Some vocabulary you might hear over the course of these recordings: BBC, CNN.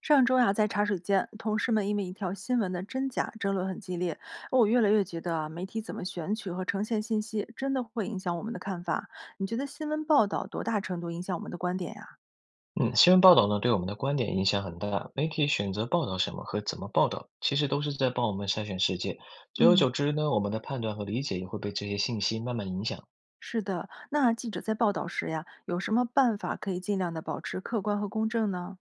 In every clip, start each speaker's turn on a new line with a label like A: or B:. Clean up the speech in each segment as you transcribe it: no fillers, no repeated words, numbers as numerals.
A: 上周呀、在茶水间，同事们因为一条新闻的真假争论很激烈。我越来越觉得啊，媒体怎么选取和呈现信息，真的会影响我们的看法。你觉得新闻报道多大程度影响我们的观点呀、
B: 嗯，新闻报道呢，对我们的观点影响很大。媒体选择报道什么和怎么报道，其实都是在帮我们筛选世界。久而
A: 嗯，
B: 久之呢，我们的判断和理解也会被这些信息慢慢影响。
A: 是的，那记者在报道时呀，有什么办法可以尽量的保持客观和公正呢？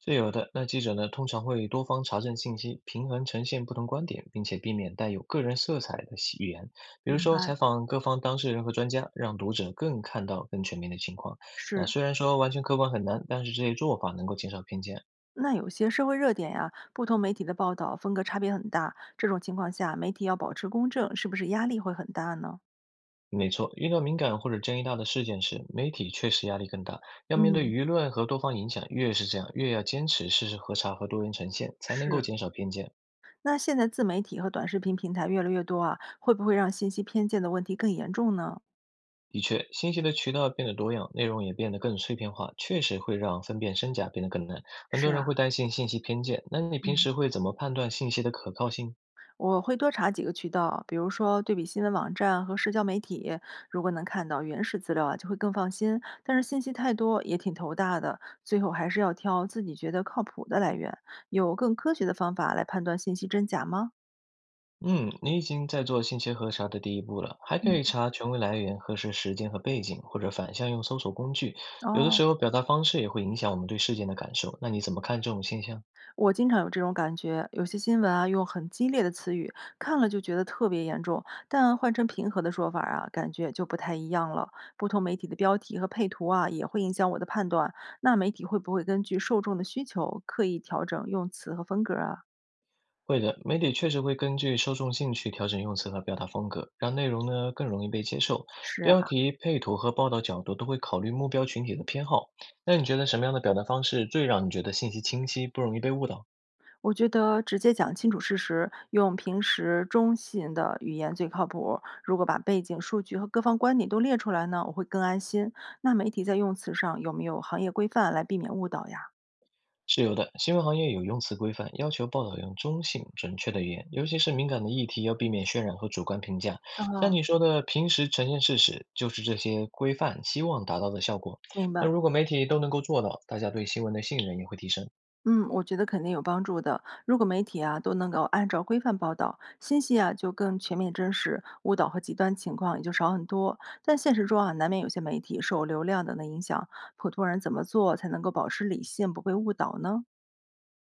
B: 是有的，那记者呢，通常会多方查证信息，平衡呈现不同观点，并且避免带有个人色彩的喜语言。比如
A: 明
B: 说，采
A: 白。
B: 访各方当事人和专家，让读者更看到更全面的情况。那
A: 是，
B: 虽然说完全客观很难，但是这些做法能够减少偏见。
A: 那有些社会热点呀，不同媒体的报道风格差别很大，这种情况下，媒体要保持公正，是不是压力会很大呢？
B: 没错，遇到敏感或者争议大的事件时，媒体确实压力更大，要面对
A: 嗯，
B: 舆论和多方影响。越是这样，越要坚持事实核查和多元呈现，才能够
A: 是，
B: 减少偏见。
A: 那现在自媒体和短视频平台越来越多啊，会不会让信息偏见的问题更严重呢？
B: 的确，信息的渠道变得多样，内容也变得更碎片化，确实会让分辨真假变得更难。很
A: 是
B: 多人
A: 啊，
B: 会担心信息偏见，那你平
A: 嗯，
B: 时会怎么判断信息的可靠性呢？
A: 我会多查几个渠道，比如说对比新闻网站和社交媒体，如果能看到原始资料啊，就会更放心。但是信息太多也挺头大的，最后还是要挑自己觉得靠谱的来源。有更科学的方法来判断信息真假吗？
B: 嗯，你已经在做信息核查的第一步了，还可
A: 嗯，
B: 以查权威来源、核实时间和背景，或者反向用搜索工具。有的
A: 哦，
B: 时候表达方式也会影响我们对事件的感受。那你怎么看这种现象？
A: 我经常有这种感觉，有些新闻啊用很激烈的词语，看了就觉得特别严重，但换成平和的说法啊，感觉就不太一样了。不同媒体的标题和配图啊，也会影响我的判断。那媒体会不会根据受众的需求刻意调整用词和风格啊？
B: 会的，媒体确实会根据受众兴趣调整用词和表达风格，让内容呢更容易被接受。
A: 是啊，
B: 标题、配图和报道角度都会考虑目标群体的偏好。那你觉得什么样的表达方式最让你觉得信息清晰，不容易被误导？
A: 我觉得直接讲清楚事实，用平时中性的语言最靠谱。如果把背景、数据和各方观点都列出来呢，我会更安心。那媒体在用词上有没有行业规范来避免误导呀？
B: 是有的，新闻行业有用词规范，要求报道用中性、准确的语言，尤其是敏感的议题，要避免渲染和主观评价。像
A: 啊。
B: 你说的，平时呈现事实，就是这些规范希望达到的效果。
A: 明
B: 那
A: 白，
B: 如果媒体都能够做到，大家对新闻的信任也会提升。
A: 嗯，我觉得肯定有帮助的。如果媒体啊都能够按照规范报道，信息啊就更全面真实，误导和极端情况也就少很多。但现实中啊，难免有些媒体受流量等的影响，普通人怎么做才能够保持理性，不被误导呢？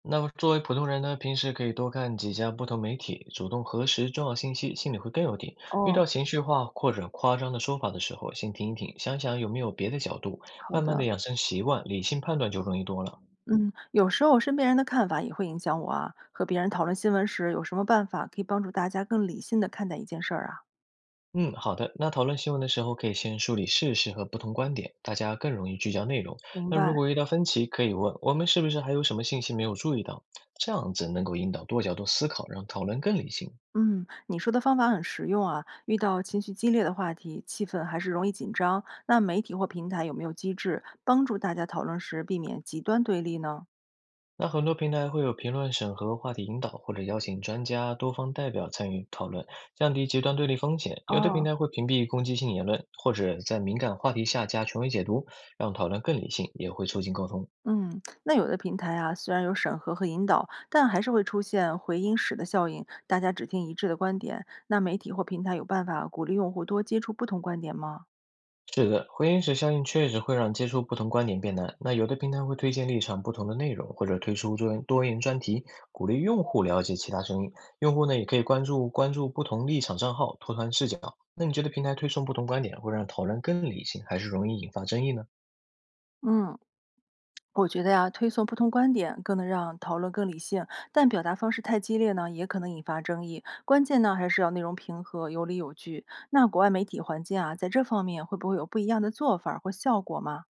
B: 那么作为普通人呢，平时可以多看几家不同媒体，主动核实重要信息，心里会更有底。遇
A: 哦，
B: 到情绪化或者夸张的说法的时候，先停一停，想想有没有别的角度，
A: 好
B: 慢慢的
A: 的。
B: 养成习惯，理性判断就容易多了。
A: 嗯，有时候身边人的看法也会影响我啊。和别人讨论新闻时，有什么办法可以帮助大家更理性的看待一件事儿啊？
B: 嗯，好的。那讨论新闻的时候，可以先梳理事实和不同观点，大家更容易聚焦内容。
A: 明
B: 那如
A: 白。
B: 果遇到分歧，可以问我们是不是还有什么信息没有注意到？这样子能够引导多角度思考，让讨论更理性。
A: 嗯，你说的方法很实用啊。遇到情绪激烈的话题，气氛还是容易紧张，那媒体或平台有没有机制帮助大家讨论时避免极端对立呢？
B: 那很多平台会有评论审核、话题引导，或者邀请专家、多方代表参与讨论，降低极端对立风险。有的平
A: 哦，
B: 台会屏蔽攻击性言论，或者在敏感话题下加权威解读，让讨论更理性，也会促进沟通。
A: 嗯，那有的平台啊，虽然有审核和引导，但还是会出现回音室的效应，大家只听一致的观点。那媒体或平台有办法鼓励用户多接触不同观点吗？
B: 是的，回音时效应确实会让接触不同观点变难。那有的平台会推荐立场不同的内容，或者推出多元专题，鼓励用户了解其他声音。用户呢，也可以关注不同立场账号，拓宽视角。那你觉得平台推送不同观点会让讨论更理性，还是容易引发争议呢？
A: 嗯。我觉得呀，推送不同观点更能让讨论更理性，但表达方式太激烈呢，也可能引发争议。关键呢，还是要内容平和、有理有据。那国外媒体环境啊，在这方面会不会有不一样的做法儿或效果吗？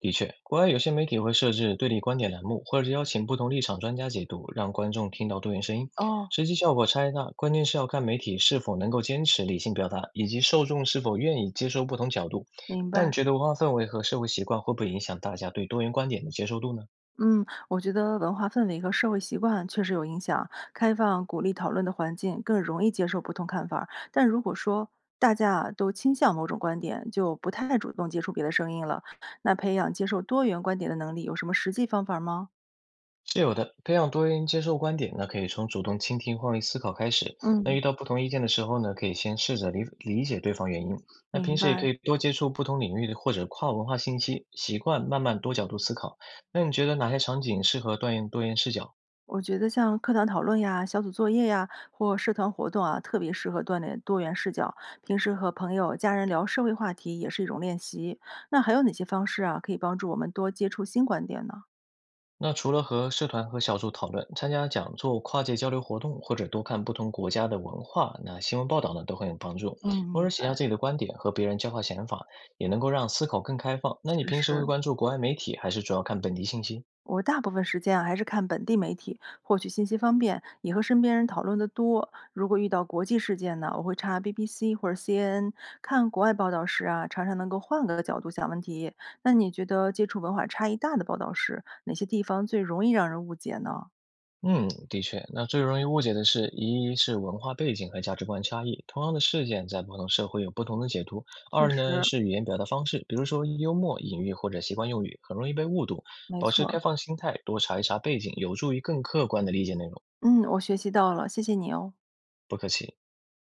B: 的确，国外有些媒体会设置对立观点栏目，或者邀请不同立场专家解读，让观众听到多元声音。
A: 哦，
B: 实际效果差异大，关键是要看媒体是否能够坚持理性表达，以及受众是否愿意接受不同角度。
A: 明
B: 那你
A: 白。
B: 觉得文化氛围和社会习惯会不会影响大家对多元观点的接受度呢？
A: 嗯，我觉得文化氛围和社会习惯确实有影响。开放、鼓励讨论的环境更容易接受不同看法儿但如果说大家啊都倾向某种观点，就不太主动接触别的声音了。那培养接受多元观点的能力，有什么实际方法吗？
B: 是有的，培养多元接受观点，呢，可以从主动倾听、换位思考开始。那遇
A: 嗯，
B: 到不同意见的时候呢，可以先试着理解对方原因。那平
A: 明
B: 时也
A: 白。
B: 可以多接触不同领域的或者跨文化信息，习惯慢慢多角度思考。那你觉得哪些场景适合锻炼多元视角？
A: 我觉得像课堂讨论呀、小组作业呀，或社团活动啊，特别适合锻炼多元视角。平时和朋友、家人聊社会话题也是一种练习。那还有哪些方式啊，可以帮助我们多接触新观点呢？
B: 那除了和社团和小组讨论，参加讲座、跨界交流活动，或者多看不同国家的文化，那新闻报道呢都很有帮助。
A: 嗯，
B: 偶
A: 明
B: 尔
A: 白，
B: 写下自己的观点，和别人交换想法，也能够让思考更开放。那你
A: 确
B: 平时会
A: 实。
B: 关注国外媒体，还是主要看本地信息？
A: 我大部分时间啊，还是看本地媒体，获取信息方便，也和身边人讨论的多。如果遇到国际事件呢，我会查 BBC 或者 CNN。看国外报道时啊，常常能够换个角度想问题。那你觉得接触文化差异大的报道时，哪些地方最容易让人误解呢？
B: 嗯，的确，那最容易误解的是，一是文化背景和价值观差异，同样的事件在不同社会有不同的解读；
A: 确
B: 二呢
A: 实，
B: 是语言表达方式，比如说幽默、隐喻或者习惯用语，很容易被误读。
A: 没
B: 保持
A: 错。
B: 开放心态，多查一查背景，有助于更客观的理解内容。
A: 嗯，我学习到了，谢谢你哦。
B: 不客气。